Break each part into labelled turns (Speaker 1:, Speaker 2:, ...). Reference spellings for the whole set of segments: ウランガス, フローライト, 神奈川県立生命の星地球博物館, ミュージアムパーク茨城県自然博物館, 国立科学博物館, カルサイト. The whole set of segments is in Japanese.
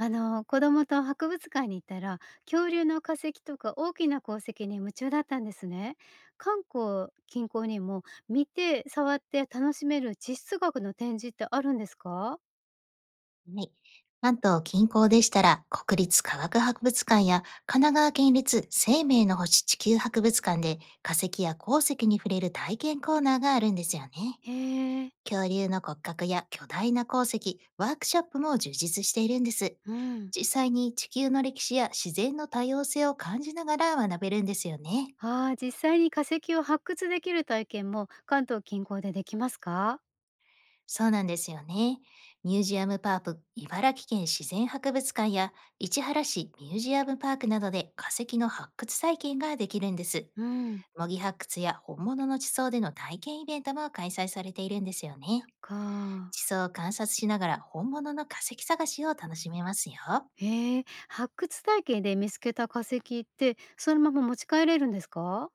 Speaker 1: 子供と博物館に行ったら、恐竜の化石とか大きな鉱石に夢中だったんですね。観光近郊にも見て触って楽しめる地質学の展示ってあるんですか？
Speaker 2: はい。関東近郊でしたら、国立科学博物館や神奈川県立生命の星地球博物館で化石や鉱石に触れる体験コーナーがあるんですよね。
Speaker 1: へえ。
Speaker 2: 恐竜の骨格や巨大な鉱石、ワークショップも充実しているんです。
Speaker 1: うん。
Speaker 2: 実際に地球の歴史や自然の多様性を感じながら学べるんですよね。
Speaker 1: ああー、実際に化石を発掘できる体験も関東近郊でできますか？
Speaker 2: そうなんですよね。ミュージアムパーク茨城県自然博物館や市原市ミュージアムパークなどで化石の発掘体験ができるんです。
Speaker 1: うん。
Speaker 2: 模擬発掘や本物の地層での体験イベントも開催されているんですよね。
Speaker 1: か。
Speaker 2: 地層を観察しながら本物の化石探しを楽しめますよ。
Speaker 1: へえ、発掘体験で見つけた化石ってそのまま持ち帰れるんですか？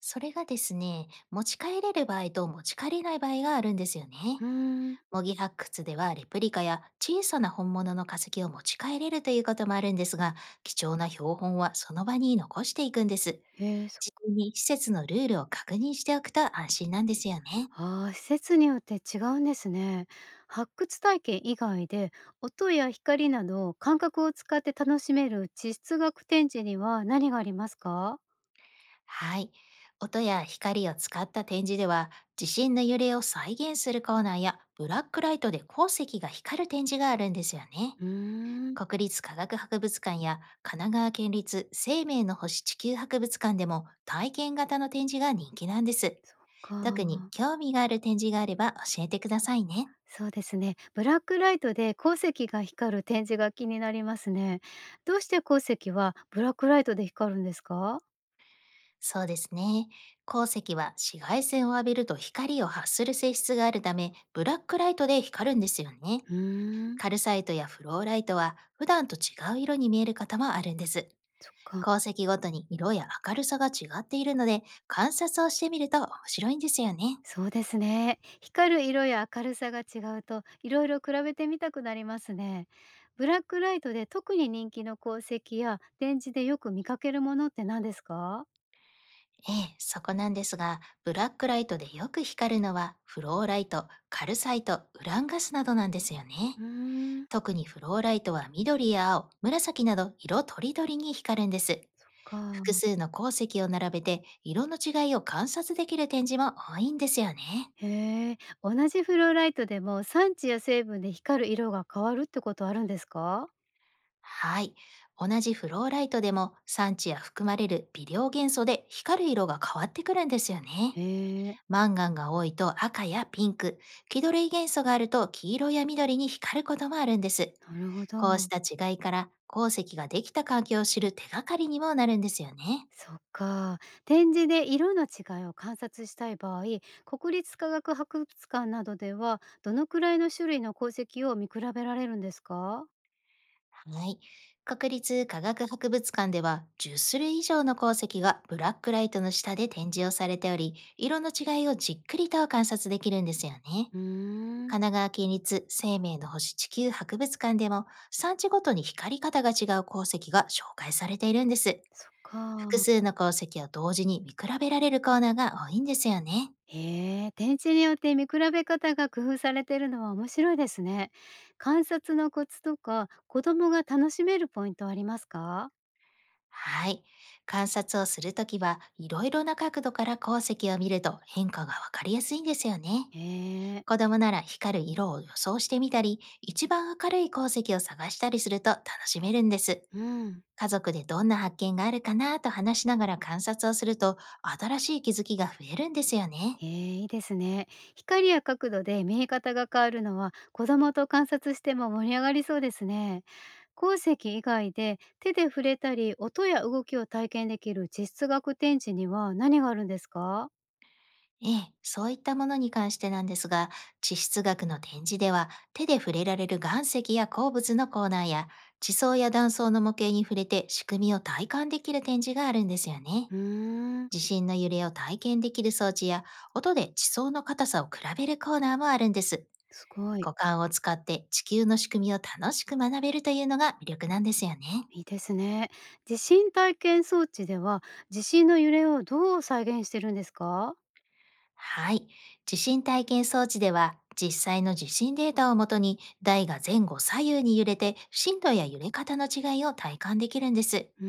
Speaker 2: それがですね、持ち帰れる場合と持ち帰れない場合があるんですよね。
Speaker 1: うん。
Speaker 2: 模擬発掘ではレプリカや小さな本物の化石を持ち帰れるということもあるんですが、貴重な標本はその場に残していくんです。
Speaker 1: へえ。
Speaker 2: 事前に施設のルールを確認しておくと安心なんですよね。
Speaker 1: ああ、施設によって違うんですね。発掘体験以外で、音や光など感覚を使って楽しめる地質学展示には何がありますか？
Speaker 2: はい。音や光を使った展示では、地震の揺れを再現するコーナーや、ブラックライトで鉱石が光る展示があるんですよね。
Speaker 1: うーん。
Speaker 2: 国立科学博物館や神奈川県立生命の星地球博物館でも体験型の展示が人気なんです。
Speaker 1: そっか。
Speaker 2: 特に興味がある展示があれば教えてくださいね。
Speaker 1: そうですね。ブラックライトで鉱石が光る展示が気になりますね。どうして鉱石はブラックライトで光るんですか？
Speaker 2: そうですね。鉱石は紫外線を浴びると光を発する性質があるため、ブラックライトで光るんですよね。
Speaker 1: うーん。
Speaker 2: カルサイトやフローライトは普段と違う色に見える方もあるんです。
Speaker 1: そっか。
Speaker 2: 鉱石ごとに色や明るさが違っているので、観察をしてみると面白いんですよね。
Speaker 1: そうですね。光る色や明るさが違うと、いろいろ比べてみたくなりますね。ブラックライトで特に人気の鉱石や展示でよく見かけるものって何ですか？
Speaker 2: ええ、そこなんですが、ブラックライトでよく光るのは、フローライト、カルサイト、ウランガスなどなんですよ
Speaker 1: う
Speaker 2: ね。
Speaker 1: ーん。
Speaker 2: 特にフローライトは緑や青、紫など色とりどりに光るんです。
Speaker 1: か。
Speaker 2: 複数の鉱石を並べて色の違いを観察できる展示も多いんですよね。
Speaker 1: へえ。同じフローライトでも産地や成分で光る色が変わるってことあるんですか？
Speaker 2: はい。同じフローライトでも産地や含まれる微量元素で光る色が変わってくるんですよね。
Speaker 1: へえ。
Speaker 2: マンガンが多いと赤やピンク、気取り元素があると黄色や緑に光ることもあるんです。
Speaker 1: なるほど。
Speaker 2: こうした違いから鉱石ができた環境を知る手がかりにもなるんですよね。
Speaker 1: そっか。展示で色の違いを観察したい場合、国立科学博物館などではどのくらいの種類の鉱石を見比べられるんですか？
Speaker 2: はい。国立科学博物館では10種類以上の鉱石がブラックライトの下で展示をされており、色の違いをじっくりと観察できるんですよね。
Speaker 1: うーん。
Speaker 2: 神奈川県立生命の星地球博物館でも産地ごとに光り方が違う鉱石が紹介されているんです。
Speaker 1: そっ
Speaker 2: 複
Speaker 1: か。
Speaker 2: 数の鉱石を同時に見比べられるコーナーが多いんですよね。
Speaker 1: へえ、展示によって見比べ方が工夫されてるのは面白いですね。観察のコツとか、子供が楽しめるポイントありますか？
Speaker 2: はい。観察をするときはいろいろな角度から鉱石を見ると変化がわかりやすいんですよね。
Speaker 1: へえ、
Speaker 2: 子供なら光る色を予想してみたり、一番明るい鉱石を探したりすると楽しめるんです。
Speaker 1: うん。
Speaker 2: 家族でどんな発見があるかなと話しながら観察をすると、新しい気づきが増えるんですよね。
Speaker 1: ええ、いいですね。光や角度で見え方が変わるのは子供と観察しても盛り上がりそうですね。鉱石以外で手で触れたり音や動きを体験できる実学展示には何があるんですか？
Speaker 2: ええ、そういったものに関してなんですが、地質学の展示では、手で触れられる岩石や鉱物のコーナーや、地層や断層の模型に触れて仕組みを体感できる展示があるんですよね。
Speaker 1: うーん。
Speaker 2: 地震の揺れを体験できる装置や、音で地層の硬さを比べるコーナーもあるんです。
Speaker 1: すごい。
Speaker 2: 五感を使って地球の仕組みを楽しく学べるというのが魅力なんですよね。
Speaker 1: いいですね。地震体験装置では地震の揺れをどう再現してるんですか？
Speaker 2: はい。地震体験装置では、実際の地震データをもとに台が前後左右に揺れて、震度や揺れ方の違いを体感できるんです。
Speaker 1: うー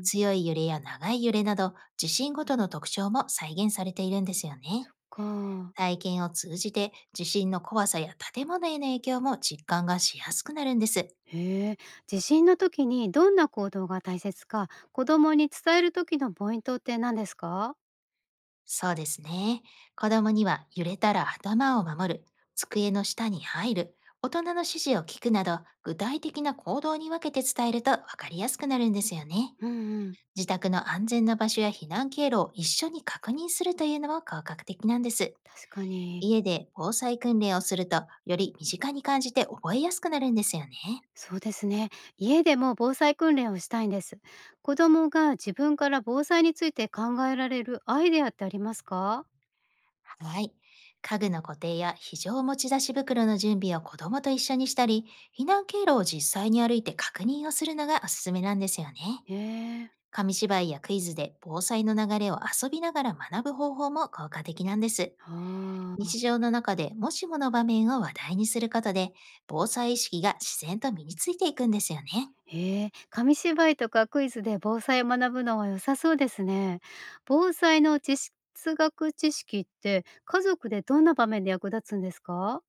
Speaker 1: ん。
Speaker 2: 強い揺れや長い揺れなど、地震ごとの特徴も再現されているんですよね。
Speaker 1: か。
Speaker 2: 体験を通じて、地震の怖さや建物への影響も実感がしやすくなるんです。
Speaker 1: へえ、地震の時にどんな行動が大切か、子供に伝える時のポイントって何ですか？
Speaker 2: そうですね。子供には、揺れたら頭を守る、机の下に入る、大人の指示を聞くなど、具体的な行動に分けて伝えると分かりやすくなるんですよね。
Speaker 1: うんうん、
Speaker 2: 自宅の安全な場所や避難経路を一緒に確認するというのも効果的なんです。
Speaker 1: 確かに。
Speaker 2: 家で防災訓練をすると、より身近に感じて覚えやすくなるんですよね。
Speaker 1: そうですね。家でも防災訓練をしたいんです。子供が自分から防災について考えられるアイデアってありますか？
Speaker 2: はい。家具の固定や非常持ち出し袋の準備を子供と一緒にしたり、避難経路を実際に歩いて確認をするのがおすすめなんですよね。
Speaker 1: へえ、
Speaker 2: 紙芝居やクイズで防災の流れを遊びながら学ぶ方法も効果的なんです。
Speaker 1: ああ、
Speaker 2: 日常の中でもしもの場面を話題にすることで、防災意識が自然と身についていくんですよね。
Speaker 1: へえ、紙芝居とかクイズで防災を学ぶのは良さそうですね。防災の地質学知識って家族でどんな場面で役立つんですか？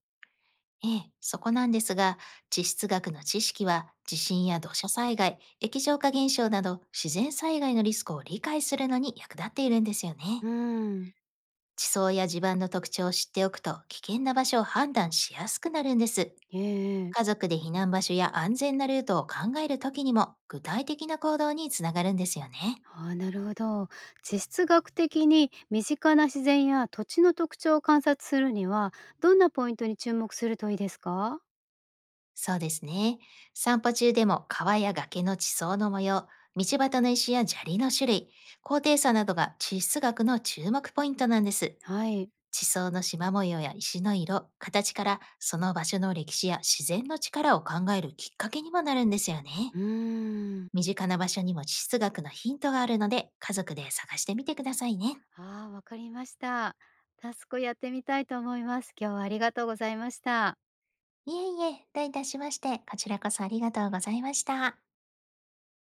Speaker 2: ええ、そこなんですが、地質学の知識は、地震や土砂災害、液状化現象など自然災害のリスクを理解するのに役立っているんですよね。
Speaker 1: うん、
Speaker 2: 地層や地盤の特徴を知っておくと、危険な場所を判断しやすくなるんです。
Speaker 1: えええ
Speaker 2: 家
Speaker 1: え。
Speaker 2: 族で避難場所や安全なルートを考えるときにも、具体的な行動につながるんですよね。
Speaker 1: ああ、なるほど。地質学的に身近な自然や土地の特徴を観察するには、どんなポイントに注目するといいですか？
Speaker 2: そうですね。散歩中でも、川や崖の地層の模様、道端の石や砂利の種類、高低差などが地質学の注目ポイントなんです。
Speaker 1: はい。
Speaker 2: 地層の縞模様や石の色、形から、その場所の歴史や自然の力を考えるきっかけにもなるんですよね。
Speaker 1: うーん。
Speaker 2: 身近な場所にも地質学のヒントがあるので、家族で探してみてくださいね。
Speaker 1: ああ、わかりました。タスクやってみたいと思います。今日はありがとうございました。
Speaker 2: いえいえ、どういたしまして、こちらこそありがとうございました。